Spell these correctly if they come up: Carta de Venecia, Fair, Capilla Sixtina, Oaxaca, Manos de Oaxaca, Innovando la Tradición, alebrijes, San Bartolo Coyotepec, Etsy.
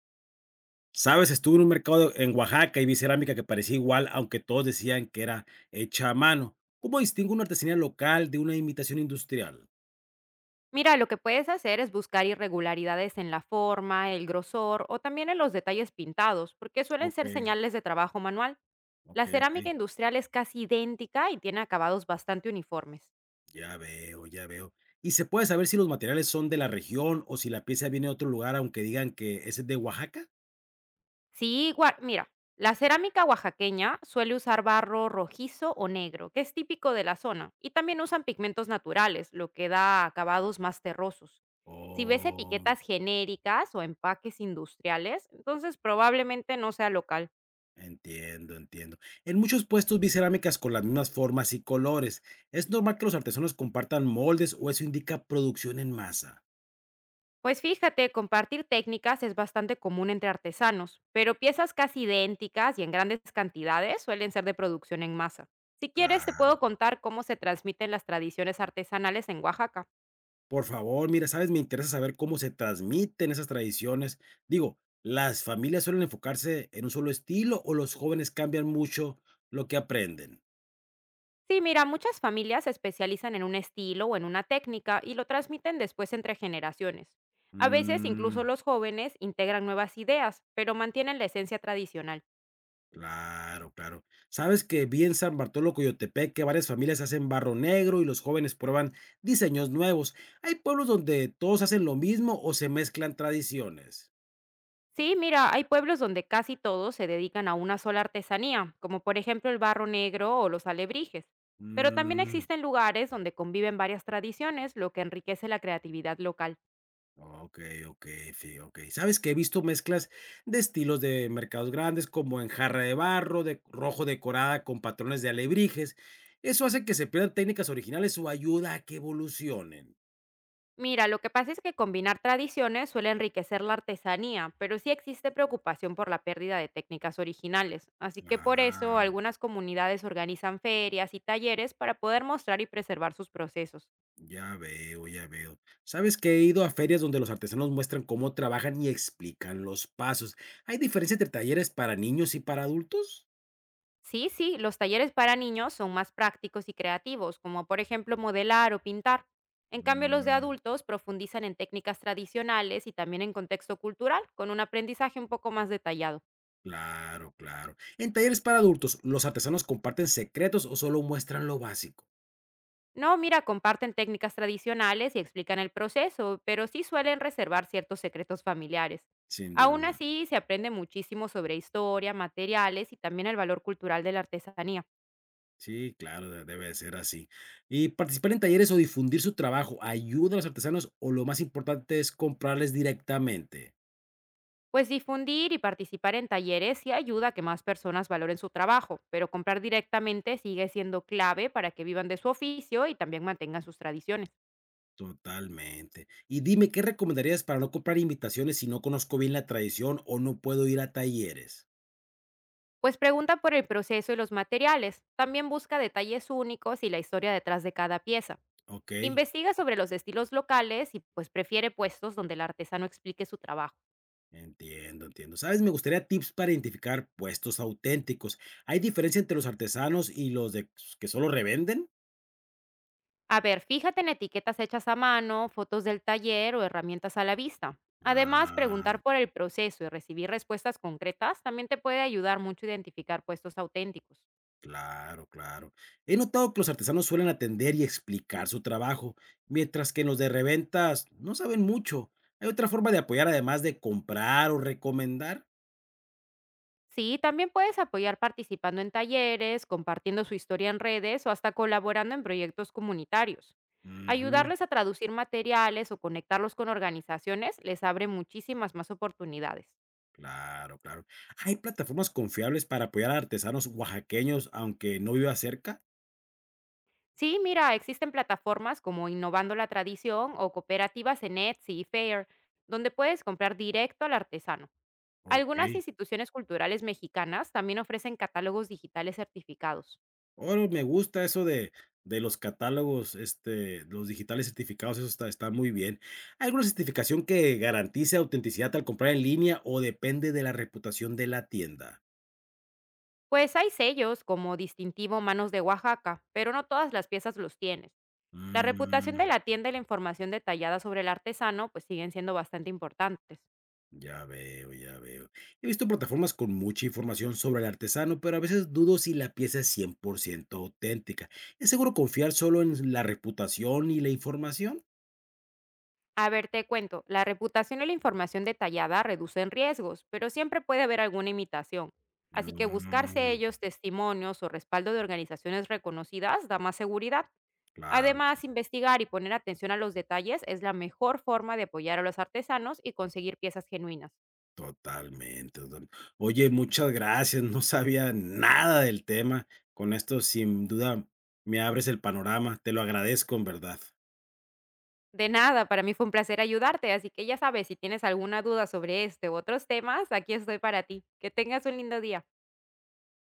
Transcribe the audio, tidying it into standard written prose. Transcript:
Sabes, estuve en un mercado en Oaxaca y vi cerámica que parecía igual, aunque todos decían que era hecha a mano. ¿Cómo distingo una artesanía local de una imitación industrial? Mira, lo que puedes hacer es buscar irregularidades en la forma, el grosor o también en los detalles pintados, porque suelen Ok, ser señales de trabajo manual. ok, La cerámica ok. industrial es casi idéntica y tiene acabados bastante uniformes. Ya veo, ya veo. ¿Y se puede saber si los materiales son de la región o si la pieza viene de otro lugar, aunque digan que es de Oaxaca? Sí, mira, la cerámica oaxaqueña suele usar barro rojizo o negro, que es típico de la zona, y también usan pigmentos naturales, lo que da acabados más terrosos. Si ves Oh, etiquetas genéricas o empaques industriales, entonces probablemente no sea local. entiendo, entiendo. En muchos puestos vi cerámicas con las mismas formas y colores. ¿Es normal que los artesanos compartan moldes o eso indica producción en masa? Pues fíjate, compartir técnicas es bastante común entre artesanos, pero piezas casi idénticas y en grandes cantidades suelen ser de producción en masa. Si quieres, te Claro. puedo contar cómo se transmiten las tradiciones artesanales en Oaxaca. Por favor, mira, ¿sabes? Me interesa saber cómo se transmiten esas tradiciones. Digo, ¿las familias suelen enfocarse en un solo estilo o los jóvenes cambian mucho lo que aprenden? Sí, mira, muchas familias se especializan en un estilo o en una técnica y lo transmiten después entre generaciones. A veces incluso Mm, los jóvenes integran nuevas ideas, pero mantienen la esencia tradicional. claro, claro. ¿Sabes que vi en San Bartolo Coyotepec que varias familias hacen barro negro y los jóvenes prueban diseños nuevos? ¿Hay pueblos donde todos hacen lo mismo o se mezclan tradiciones? Sí, mira, hay pueblos donde casi todos se dedican a una sola artesanía, como por ejemplo el barro negro o los alebrijes. Pero también Mm, existen lugares donde conviven varias tradiciones, lo que enriquece la creatividad local. okey, okey, sí, okey. ¿Sabes que he visto mezclas de estilos de mercados grandes, como en jarra de barro, de rojo decorada con patrones de alebrijes? Eso hace que se pierdan técnicas originales o ayuda a que evolucionen. Mira, lo que pasa es que combinar tradiciones suele enriquecer la artesanía, pero sí existe preocupación por la pérdida de técnicas originales. Así que por eso Ah, algunas comunidades organizan ferias y talleres para poder mostrar y preservar sus procesos. ya veo, ya veo. ¿Sabes que he ido a ferias donde los artesanos muestran cómo trabajan y explican los pasos? ¿Hay diferencia entre talleres para niños y para adultos? Sí, sí, los talleres para niños son más prácticos y creativos, como por ejemplo modelar o pintar. En cambio, los de Mm. adultos profundizan en técnicas tradicionales y también en contexto cultural, con un aprendizaje un poco más detallado. Claro, claro. En talleres para adultos, ¿los artesanos comparten secretos o solo muestran lo básico? No, mira, comparten técnicas tradicionales y explican el proceso, pero sí suelen reservar ciertos secretos familiares. Sin Aún duda. así, se aprende muchísimo sobre historia, materiales y también el valor cultural de la artesanía. Sí, claro, debe de ser así. ¿Y participar en talleres o difundir su trabajo ayuda a los artesanos o lo más importante es comprarles directamente? Pues difundir y participar en talleres sí ayuda a que más personas valoren su trabajo, pero comprar directamente sigue siendo clave para que vivan de su oficio y también mantengan sus tradiciones. Totalmente. Y dime, ¿qué recomendarías para no comprar invitaciones si no conozco bien la tradición o no puedo ir a talleres? Pues pregunta por el proceso y los materiales. También busca detalles únicos y la historia detrás de cada pieza. Ok. Investiga sobre los estilos locales y pues prefiere puestos donde el artesano explique su trabajo. Entiendo, entiendo. ¿Sabes? Me gustaría tips para identificar puestos auténticos. ¿Hay diferencia entre los artesanos y los de que solo revenden? A ver, fíjate en etiquetas hechas a mano, fotos del taller o herramientas a la vista. Además, Ah, preguntar por el proceso y recibir respuestas concretas también te puede ayudar mucho a identificar puestos auténticos. claro, claro. He notado que los artesanos suelen atender y explicar su trabajo, mientras que los de reventas no saben mucho. ¿Hay otra forma de apoyar además de comprar o recomendar? Sí, también puedes apoyar participando en talleres, compartiendo su historia en redes o hasta colaborando en proyectos comunitarios. Ujú, Ayudarles a traducir materiales o conectarlos con organizaciones les abre muchísimas más oportunidades. claro, claro. ¿Hay plataformas confiables para apoyar a artesanos oaxaqueños aunque no viva cerca? Sí, mira, existen plataformas como Innovando la Tradición o cooperativas en Etsy y Fair, donde puedes comprar directo al artesano. Ok. Algunas instituciones culturales mexicanas también ofrecen catálogos digitales certificados. Órale, me gusta eso de los catálogos, este, los digitales certificados, eso está muy bien. ¿Hay alguna certificación que garantice autenticidad al comprar en línea o depende de la reputación de la tienda? Pues hay sellos como distintivo Manos de Oaxaca, pero no todas las piezas los tienen. La reputación de Mm, la tienda y la información detallada sobre el artesano pues siguen siendo bastante importantes. ya veo, ya veo. He visto plataformas con mucha información sobre el artesano, pero a veces dudo si la pieza es 100% auténtica. ¿Es seguro confiar solo en la reputación y la información? A ver, te cuento, la reputación y la información detallada reducen riesgos, pero siempre puede haber alguna imitación. Así que buscarse No, ellos testimonios o respaldo de organizaciones reconocidas da más seguridad. Además, investigar y poner atención a los detalles es la mejor forma de apoyar a los artesanos y conseguir piezas genuinas. totalmente, total. Oye, muchas gracias. No sabía nada del tema. Con esto, sin duda, me abres el panorama. Te lo agradezco en verdad. De nada, para mí fue un placer ayudarte, así que ya sabes, si tienes alguna duda sobre este u otros temas, aquí estoy para ti. Que tengas un lindo día.